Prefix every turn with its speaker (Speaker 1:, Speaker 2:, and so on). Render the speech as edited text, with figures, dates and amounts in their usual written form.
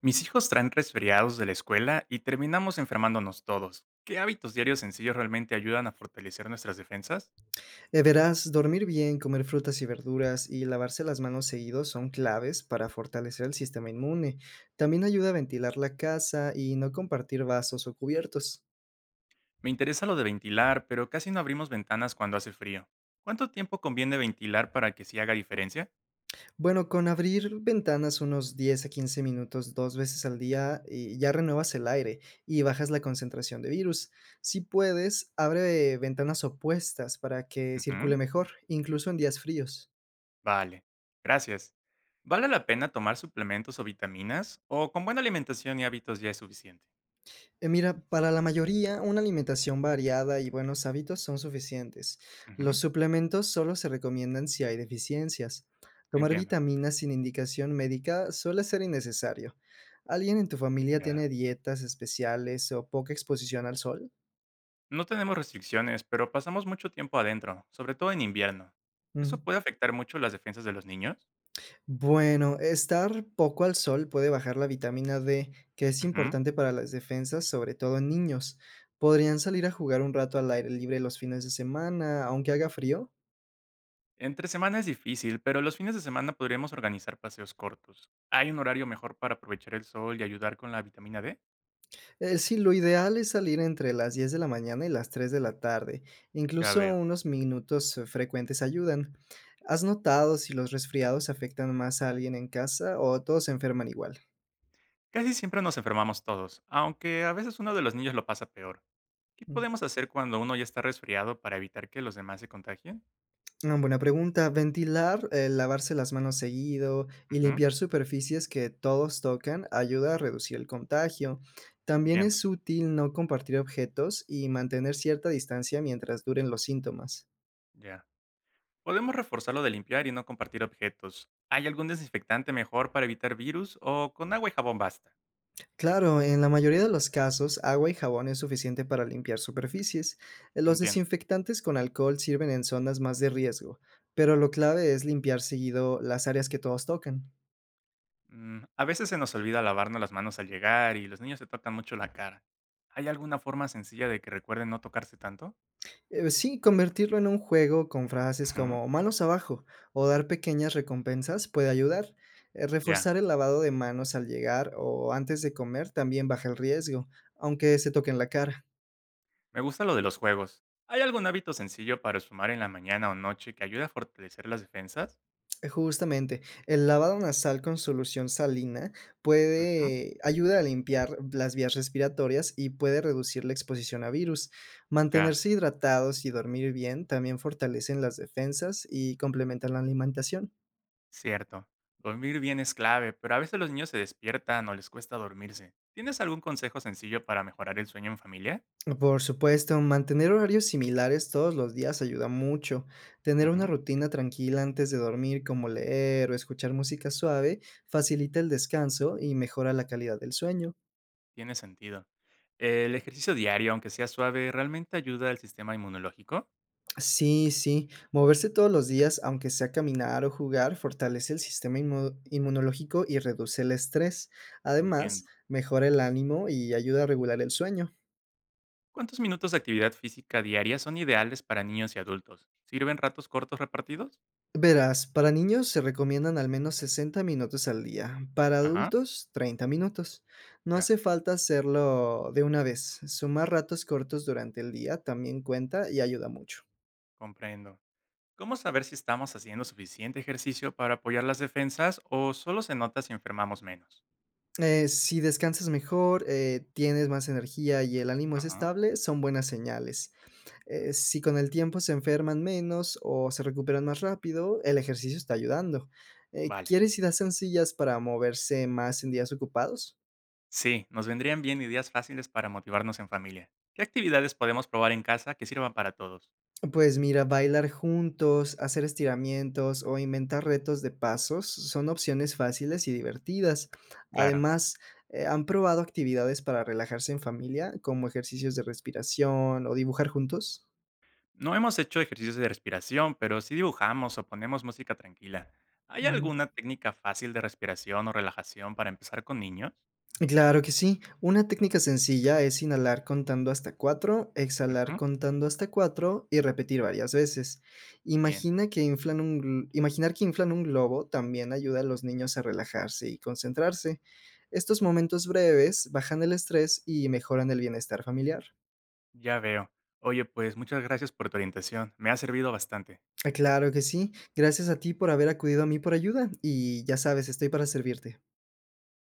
Speaker 1: Mis hijos traen resfriados de la escuela y terminamos enfermándonos todos. ¿Qué hábitos diarios sencillos realmente ayudan a fortalecer nuestras defensas?
Speaker 2: Deberás dormir bien, comer frutas y verduras y lavarse las manos seguido son claves para fortalecer el sistema inmune. También ayuda a ventilar la casa y no compartir vasos o cubiertos.
Speaker 1: Me interesa lo de ventilar, pero casi no abrimos ventanas cuando hace frío. ¿Cuánto tiempo conviene ventilar para que sí haga diferencia?
Speaker 2: Bueno, con abrir ventanas unos 10 a 15 minutos 2 veces al día y ya renuevas el aire y bajas la concentración de virus. Si puedes, abre ventanas opuestas para que circule
Speaker 1: Ujú.
Speaker 2: mejor, incluso en días fríos.
Speaker 1: Vale, gracias. ¿Vale la pena tomar suplementos o vitaminas? ¿O con buena alimentación y hábitos ya es suficiente?
Speaker 2: Mira, para la mayoría, una alimentación variada y buenos hábitos son suficientes. Los
Speaker 1: Ujú.
Speaker 2: suplementos solo se recomiendan si hay deficiencias. Tomar
Speaker 1: Entiendo.
Speaker 2: vitaminas sin indicación médica suele ser innecesario. ¿Alguien en tu familia
Speaker 1: Ya.
Speaker 2: tiene dietas especiales o poca exposición al sol?
Speaker 1: No tenemos restricciones, pero pasamos mucho tiempo adentro, sobre todo en invierno.
Speaker 2: Ujú.
Speaker 1: ¿Eso puede afectar mucho las defensas de los niños?
Speaker 2: Bueno, estar poco al sol puede bajar la vitamina D, que es
Speaker 1: Ujú.
Speaker 2: importante para las defensas, sobre todo en niños. ¿Podrían salir a jugar un rato al aire libre los fines de semana, aunque haga frío?
Speaker 1: Entre semana es difícil, pero los fines de semana podríamos organizar paseos cortos. ¿Hay un horario mejor para aprovechar el sol y ayudar con la vitamina D?
Speaker 2: Sí, lo ideal es salir entre las 10 de la mañana y las 3 de la tarde.
Speaker 1: Ya
Speaker 2: Incluso
Speaker 1: veo.
Speaker 2: unos minutos frecuentes ayudan. ¿Has notado si los resfriados afectan más a alguien en casa o todos se enferman igual?
Speaker 1: Casi siempre nos enfermamos todos, aunque a veces uno de los niños lo pasa peor. ¿Qué
Speaker 2: Mm.
Speaker 1: podemos hacer cuando uno ya está resfriado para evitar que los demás se contagien?
Speaker 2: Ah, buena pregunta. Ventilar, lavarse las manos seguido y
Speaker 1: Ujú.
Speaker 2: limpiar superficies que todos tocan ayuda a reducir el contagio. También
Speaker 1: Entiendo,
Speaker 2: es útil no compartir objetos y mantener cierta distancia mientras duren los síntomas.
Speaker 1: ya. Podemos reforzar lo de limpiar y no compartir objetos. ¿Hay algún desinfectante mejor para evitar virus o con agua y jabón basta?
Speaker 2: Claro, en la mayoría de los casos, agua y jabón es suficiente para limpiar superficies. Los
Speaker 1: Entiendo.
Speaker 2: desinfectantes con alcohol sirven en zonas más de riesgo, pero lo clave es limpiar seguido las áreas que todos tocan.
Speaker 1: Mm, a veces se nos olvida lavarnos las manos al llegar y los niños se tocan mucho la cara. ¿Hay alguna forma sencilla de que recuerden no tocarse tanto?
Speaker 2: Sí, convertirlo en un juego con frases
Speaker 1: Ujú.
Speaker 2: como manos abajo o dar pequeñas recompensas puede ayudar.
Speaker 1: Ya,
Speaker 2: Reforzar el lavado de manos al llegar o antes de comer también baja el riesgo, aunque se toquen la cara.
Speaker 1: me gusta lo de los juegos. ¿Hay algún hábito sencillo para sumar en la mañana o noche que ayude a fortalecer las defensas?
Speaker 2: Justamente, el lavado nasal con solución salina
Speaker 1: Ujú.
Speaker 2: puede ayuda a limpiar las vías respiratorias y puede reducir la exposición a virus.
Speaker 1: Ya,
Speaker 2: Mantenerse hidratados y dormir bien también fortalecen las defensas y complementan la alimentación.
Speaker 1: cierto. Dormir bien es clave, pero a veces los niños se despiertan o les cuesta dormirse. ¿Tienes algún consejo sencillo para mejorar el sueño en familia?
Speaker 2: Por supuesto, mantener horarios similares todos los días ayuda mucho. Tener una
Speaker 1: Ujú.
Speaker 2: rutina tranquila antes de dormir, como leer o escuchar música suave, facilita el descanso y mejora la calidad del sueño.
Speaker 1: Tiene sentido. ¿El ejercicio diario, aunque sea suave, realmente ayuda al sistema inmunológico?
Speaker 2: Sí, sí, moverse todos los días, aunque sea caminar o jugar, fortalece el sistema inmunológico y reduce el estrés. Además,
Speaker 1: Entiendo.
Speaker 2: mejora el ánimo y ayuda a regular el sueño.
Speaker 1: ¿Cuántos minutos de actividad física diaria son ideales para niños y adultos? ¿Sirven ratos cortos repartidos?
Speaker 2: Verás, para niños se recomiendan al menos 60 minutos al día, para
Speaker 1: Ajá,
Speaker 2: adultos 30 minutos. No
Speaker 1: ya,
Speaker 2: hace falta hacerlo de una vez, sumar ratos cortos durante el día también cuenta y ayuda mucho.
Speaker 1: comprendo. ¿Cómo saber si estamos haciendo suficiente ejercicio para apoyar las defensas o solo se nota si enfermamos menos?
Speaker 2: Si descansas mejor, tienes más energía y el ánimo es
Speaker 1: Ajá,
Speaker 2: estable, son buenas señales.
Speaker 1: ya,
Speaker 2: Si con el tiempo se enferman menos o se recuperan más rápido, el ejercicio está ayudando.
Speaker 1: vale.
Speaker 2: ¿Quieres ideas sencillas para moverse más en días ocupados?
Speaker 1: Sí, nos vendrían bien ideas fáciles para motivarnos en familia. ¿Qué actividades podemos probar en casa que sirvan para todos?
Speaker 2: Pues mira, bailar juntos, hacer estiramientos o inventar retos de pasos son opciones fáciles y divertidas.
Speaker 1: Claro.
Speaker 2: Además, ¿han probado actividades para relajarse en familia, como ejercicios de respiración o dibujar juntos?
Speaker 1: No hemos hecho ejercicios de respiración, pero sí dibujamos o ponemos música tranquila. ¿Hay
Speaker 2: Ujú.
Speaker 1: alguna técnica fácil de respiración o relajación para empezar con niños?
Speaker 2: Claro que sí. Una técnica sencilla es inhalar contando hasta 4, exhalar
Speaker 1: Ujú.
Speaker 2: contando hasta 4 y repetir varias veces.
Speaker 1: Bien,
Speaker 2: Imagina que inflan un imaginar que inflan un globo también ayuda a los niños a relajarse y concentrarse. Estos momentos breves bajan el estrés y mejoran el bienestar familiar.
Speaker 1: ya veo. Oye, pues muchas gracias por tu orientación. Me ha servido bastante.
Speaker 2: Ah, claro que sí. Gracias a ti por haber acudido a mí por ayuda y ya sabes, estoy para servirte.